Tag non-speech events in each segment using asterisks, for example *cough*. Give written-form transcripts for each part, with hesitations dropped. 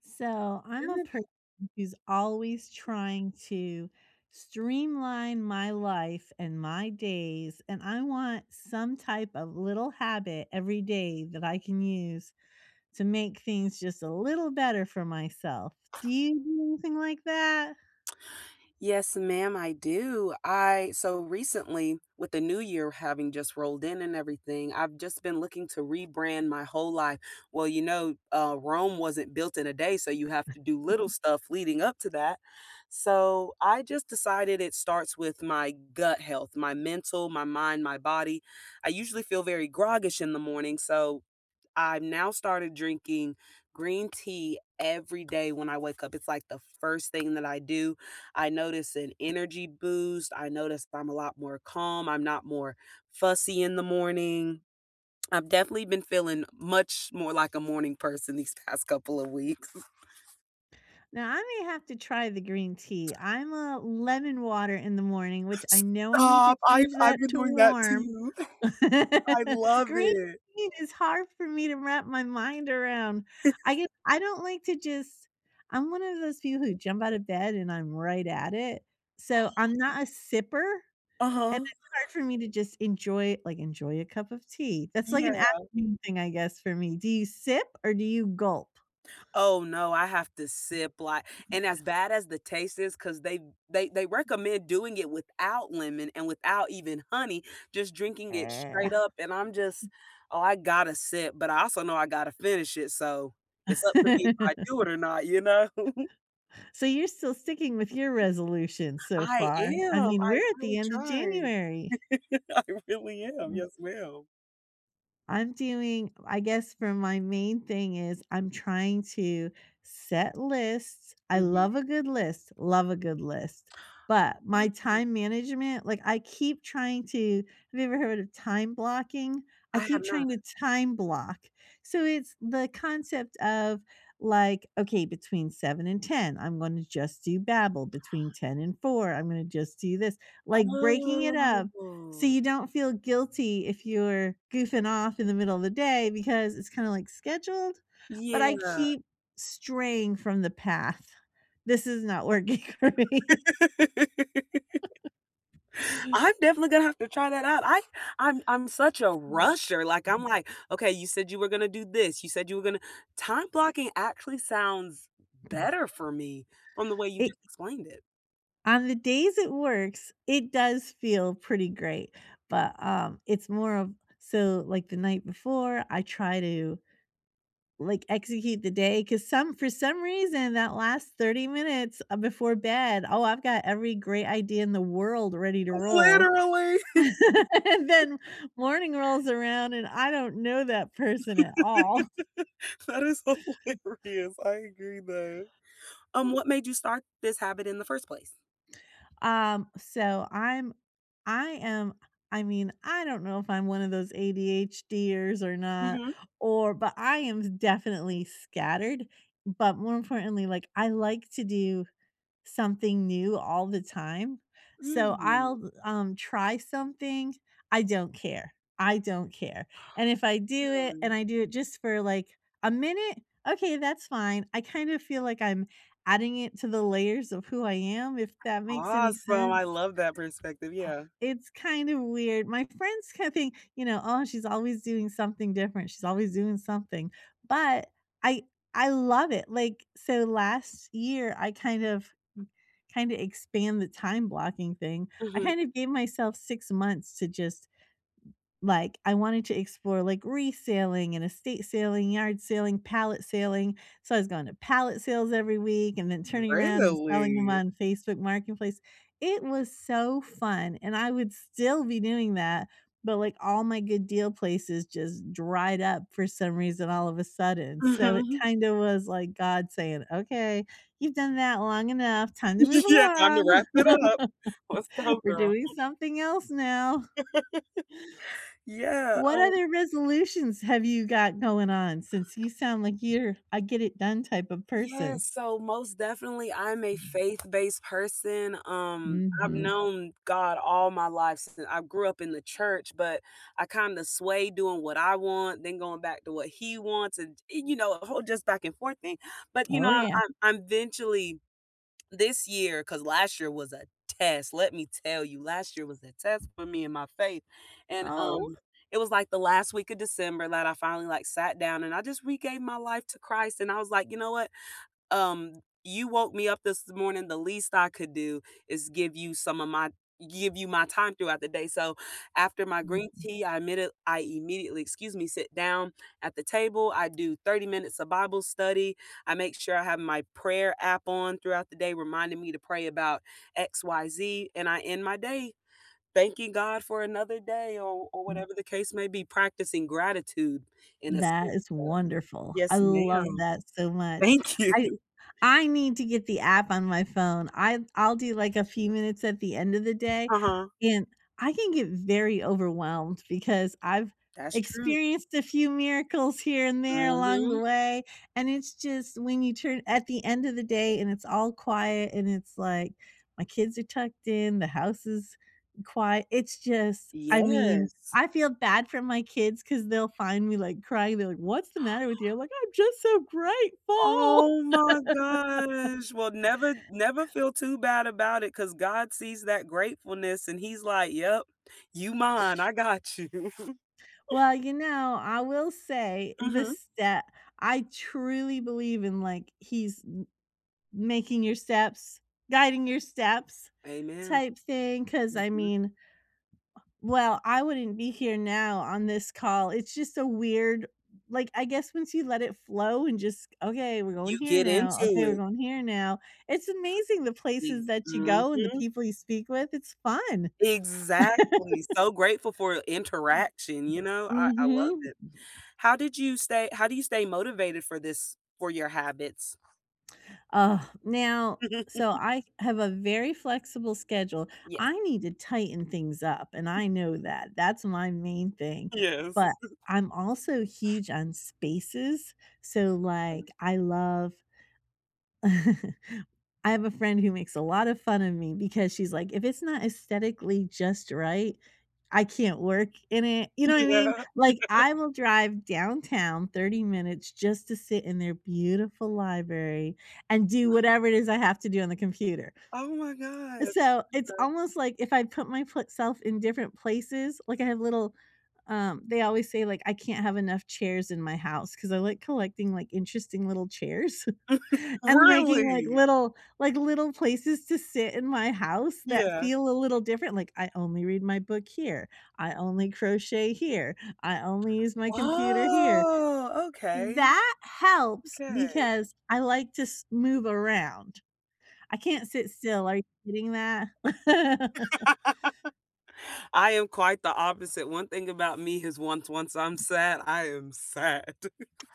So I'm a Mm-hmm. person who's always trying to streamline my life and my days, and I want some type of little habit every day that I can use to make things just a little better for myself. Do you do anything like that? Yes, ma'am, I do. I so recently with the new year having just rolled in and everything, I've just been looking to rebrand my whole life. Well, you know, Rome wasn't built in a day, so you have to do little stuff leading up to that. So I just decided it starts with my gut health, my mental, my mind, my body. I usually feel very groggish in the morning, so I've now started drinking green tea every day when I wake up. It's like the first thing that I do. I notice an energy boost. I notice I'm a lot more calm. I'm not more fussy in the morning. I've definitely been feeling much more like a morning person these *laughs* past couple of weeks. *laughs* Now I may have to try the green tea. I'm a lemon water in the morning, which I know I need Stop. to I've change I've that been to doing that warm. too. *laughs* I *laughs* love Green it. bean is hard for me to wrap my mind around. I don't like to just I'm one of those people who jump out of bed and I'm right at it. So I'm not a sipper, and Uh-huh. it's hard for me to just enjoy a cup of tea. That's like an afternoon thing, I guess, for me. Do you sip or do you gulp? Oh, no, I have to sip, like and as bad as the taste is, because they recommend doing it without lemon and without even honey, just drinking it Eh. straight up, and I'm just, "Oh, I gotta sip," but I also know I gotta finish it, so it's up to me if I *laughs* do it or not, *laughs* So you're still sticking with your resolution so I far. I am, mean, I we're at really the end of try. January. *laughs* I really am, yes, ma'am. I guess for my main thing is I'm trying to set lists. I Mhm. love a good list, love a good list. But my time management, like I keep trying to have you ever heard of time blocking? I I have keep not. trying to time block. So it's the concept of like, okay, between seven and 10, I'm going to just do Babel. Between 10 and four, I'm going to just do this. Like breaking it up so Oh. you don't feel guilty if you're goofing off in the middle of the day because it's kinda, like, scheduled, but I Yeah. keep straying from the path. This is not working *laughs* for me. *laughs* I'm definitely gonna have to try that out. I'm such a rusher. Like I'm like, okay, you said you were gonna do this. You said you were gonna time blocking actually sounds better for me from the way you It just explained it. on the days it works, it does feel pretty great, but, it's more of so, like, the night before, I try to, like, execute the day because some for some reason, that last 30 minutes, before bed, oh, I've got every great idea in the world ready to roll. Literally. *laughs* *laughs* And then morning rolls around and I don't know that person at all. *laughs* That is hilarious. I agree though. What made you start this habit in the first place? Um, so I'm I am I mean, I don't know if I'm one of those ADHDers or not, Mhm. or but I am definitely scattered. But more importantly, like I like to do something new all the time. So Mm, I'll, try something, I don't care, I don't care, and if I do it really? and I do it just for, like, a minute, okay, that's fine. I kind of feel like I'm adding it to the layers of who I am, if that makes any Awesome. I sense. love that perspective. Yeah. It's kind of weird. My friends *laughs* kind of think, you know, "Oh, she's always doing something different. She's always doing something." But I I love it. Like, so last year, I kind of expand the time blocking thing. I Mhm. kind of gave myself 6 months to just like, I wanted to explore, like, reselling and estate sailing, yard sailing, pallet sailing, so I was going to pallet sales every week and then turning around and selling them Really? on Facebook Marketplace. It was so fun, and I would still be doing that, but, like, all my good deal places just dried up for some reason all of a sudden, so it Mhm. kinda was like God saying, "Okay, you've done that long enough, time to move *laughs* Yeah, time to along. wrap it up. *laughs* Let's go, We're girl. doing something else now." Yeah, What other resolutions have you got going on since you sound like you're a get it done type of yes, person? so most definitely I'm a faith-based person. I've Mhm. known God all my life since I grew up in the church, but I kinda sway doing what I want, then going back to what he wants, and, you know, a whole just back and forth thing, but, you know, Oh, I yeah. I'm I'm eventually this year, because last year was a test, let me tell you, last year was a test for me and my faith, and, Oh. It was, like, the last week of December that I finally, like, sat down and I just regave my life to Christ, and I was like, "You know what? um, you woke me up this morning. The least I could do is give you my time throughout the day. So after my green tea, I immediately, excuse me, sit down at the table. I do 30 minutes of Bible study. I make sure I have my prayer app on throughout the day, reminding me to pray about XYZ. And I end my day thanking God for another day or Mhm. whatever the case may be, practicing gratitude in a sense." That is wonderful. I Yes, love ma'am. that so much. Thank you. I *laughs* I need to get the app on my phone. I'll do, like, a few minutes at the end of the day, Uh-huh. and I can get very overwhelmed because I've That's true. experienced a few miracles here and there along the Mhm. way, and it's just when you turn at the end of the day and it's all quiet and it's like, my kids are tucked in, the house is quiet, it's just I mean Yes. I feel bad for my kids because 'cause they'll find me, like, crying, they're like, "What's the matter with you?" I'm like, "I'm just so grateful." Oh *laughs* my gosh. Well, never feel too bad about it, cause God sees that gratefulness and he's like, "Yep, you mine, I got you." *laughs* Well, you know, I will say the Mhm. step I truly believe in, like, he's making your steps, guiding your steps Amen. type thing. Because I Mhm. mean Well, I wouldn't be here now on this call. It's just a weird like, I guess once you let it flow and just, "Okay, we're You going here get now. into Okay, we're it. going here now." It's amazing the Ex places that you mhm. go and the people you speak with. It's fun. Exactly. So grateful for interaction, you know? I love Mhm. it. How do you stay motivated for this for your habits? Oh, now so *laughs* I have a very flexible schedule. Yes. I need to tighten things up, and I know that. That's my main thing, Yes. but I'm also huge on spaces. So, like, I love *laughs* I have a friend who makes a lot of fun of me because she's like, "If it's not aesthetically just right, I can't work in it." You know what I mean? Yeah. *laughs* Like, I will drive downtown 30 minutes just to sit in their beautiful library and do whatever it is I have to do on the computer. Oh my god. So, it's almost like if I put myself in different places, like I have little they always say, like, I can't have enough chairs in my house because I like collecting, like, interesting little chairs. And making, Really? Like, little places to sit in my house that Yeah. feel a little different, like, I only read my book here, I only crochet here, I only use my computer here. Oh, okay, That helps okay. because I like to s move around. I can't sit still, are you getting that? *laughs* I am quite the opposite. One thing about me is once I'm sad, I am sad.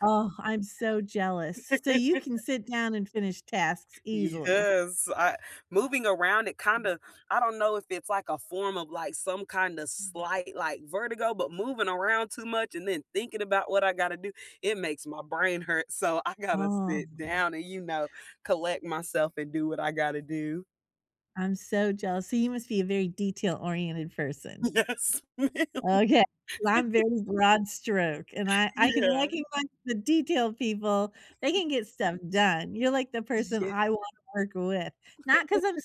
Oh, I'm so jealous. So *laughs* you can sit down and finish tasks easily. Yes, I moving around it kinda *sighs* I don't know if it's like a form of like some kind of slight like vertigo, but moving around too much and then thinking about what I gotta do, it makes my brain hurt. So I gotta Oh, sit down and, you know, collect myself and do what I gotta do. *laughs* I'm so jealous. So you must be a very detail-oriented person. Yes. *laughs* Okay, 'cause I'm very broad stroke, and I can Yeah. recognize the detail people, they can get stuff done. You're like the person Ye I wanna work with, not because 'cause I'm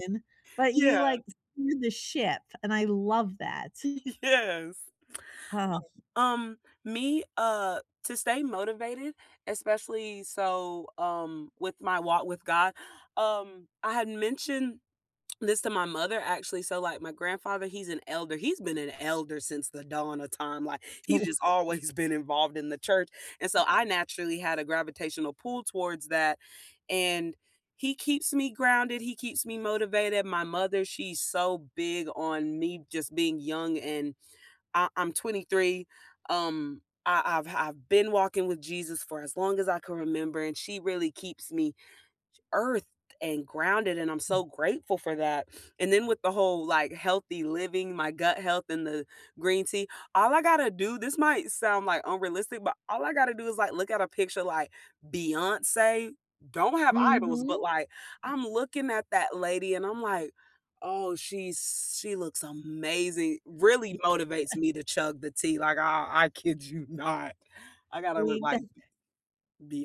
slacking, but you, yeah. like, steer the ship, and I love that. *laughs* Yes. Oh, Um, me, to stay motivated, especially so, with my walk with God, I had mentioned this to my mother actually. So, like, my grandfather, he's an elder. He's been an elder since the dawn of time. Like, he's just always *laughs* been involved in the church. And so I naturally had a gravitational pull towards that. And he keeps me grounded. He keeps me motivated. My mother, she's so big on me just being young and I'm 23. I've been walking with Jesus for as long as I can remember, and she really keeps me earth and grounded and I'm so grateful for that. And then with the whole like healthy living, my gut health and the green tea, all I got to do, this might sound like unrealistic, but all I got to do is like look at a picture like Beyonce, don't have idols, but mm like I'm looking at that lady and I'm like, "Oh, she looks amazing." Really motivates me to chug the tea. Like I kid you not. I got to look mhm. like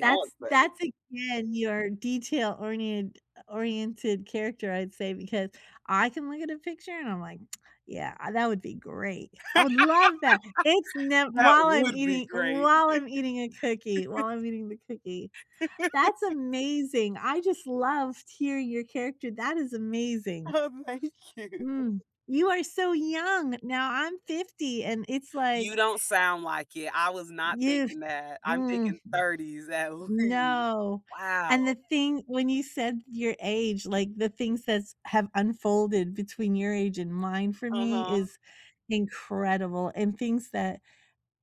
That's again your detail-oriented oriented oriented character, I'd say, because I can look at a picture and I'm like, "Yeah, that would be great. I would love that." It's nev That would be great. while I'm eating a cookie while I'm eating the cookie. That's amazing. I just loved hearing your character. That is *laughs* amazing. Oh, thank you. Mm. You are so young. Now I'm 50, and it's You like don't sound like it. I was not you thinking that. I'm mm. thinking 30s at least. No, and the Wow. thing when you said your age, like, the things that have unfolded between your age and mine for me Uh-huh. is incredible, and things that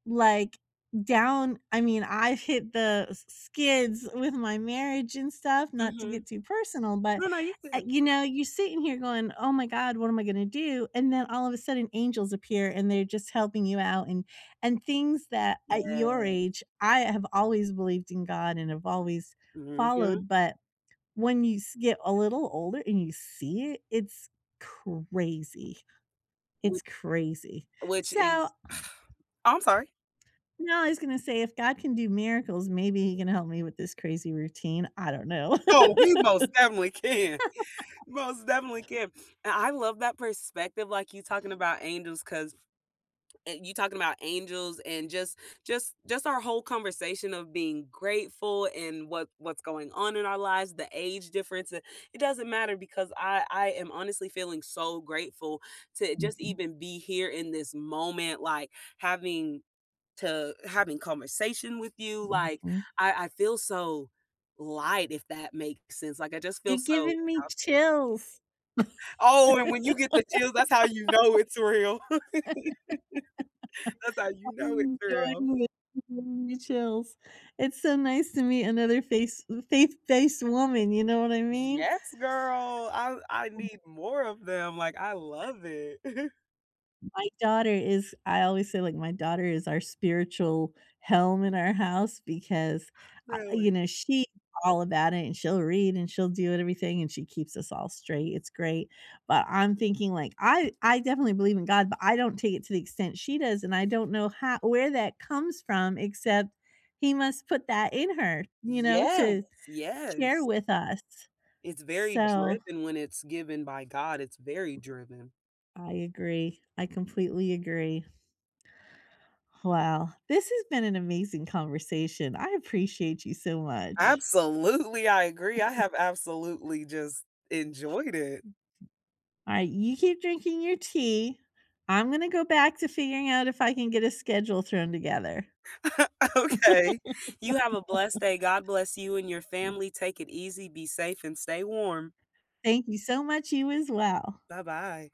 like, down I mean, I've hit the skids with my marriage and stuff, not to Mhm. get too personal, but, No, no, you're good. you know, you're sitting here going, "Oh my god, what am I gonna do?" And then all of a sudden, angels appear, and they're just helping you out, and things that at your Yeah. age, I have always believed in God and have always Mhm. *laughs* followed, but when you s get a little older and you see it, it's crazy. It's Which crazy. which So, is oh, I'm sorry. no, I was gonna say if God can do miracles, maybe he can help me with this crazy routine. I don't know. Oh, *laughs* we most definitely can. *laughs* Most definitely can. And I love that perspective, like, you talking about angels, because. And you talking about angels and just just our whole conversation of being grateful and what's going on in our lives, the age difference, it doesn't matter because I am honestly feeling so grateful to just Mhm, even be here in this moment, like, having to having conversation with you, like mhm. I feel so light, if that makes sense, like I just feel You're so giving me out there. chills. Oh, and when you get the chills, that's how you know it's real. *laughs* That's how you know it's I'm real. enjoying this. You're giving me chills. It's so nice to meet another face faith-based woman, you know what I mean? Yes, girl. I need more of them. Like, I love it. *laughs* My daughter is I always say, like, my daughter is our spiritual helm in our house because, you Really. know, she's all about it, and she'll read, and she'll do it everything, and she keeps us all straight, it's great, but I'm thinking, like, I definitely believe in God, but I don't take it to the extent she does, and I don't know how where that comes from except He must put that in her, you know, Yes, to share yes. with us. It's very So, driven when it's given by God. It's very driven. I agree, I completely agree. Wow, this has been an amazing conversation. I appreciate you so much. Absolutely, I agree. I have absolutely just enjoyed it. All right, you keep drinking your tea. I'm going to go back to figuring out if I can get a schedule thrown together. *laughs* Okay. You have a blessed day. God bless you and your family. Take it easy, be safe, and stay warm. Thank you so much. You as well. Bye-bye.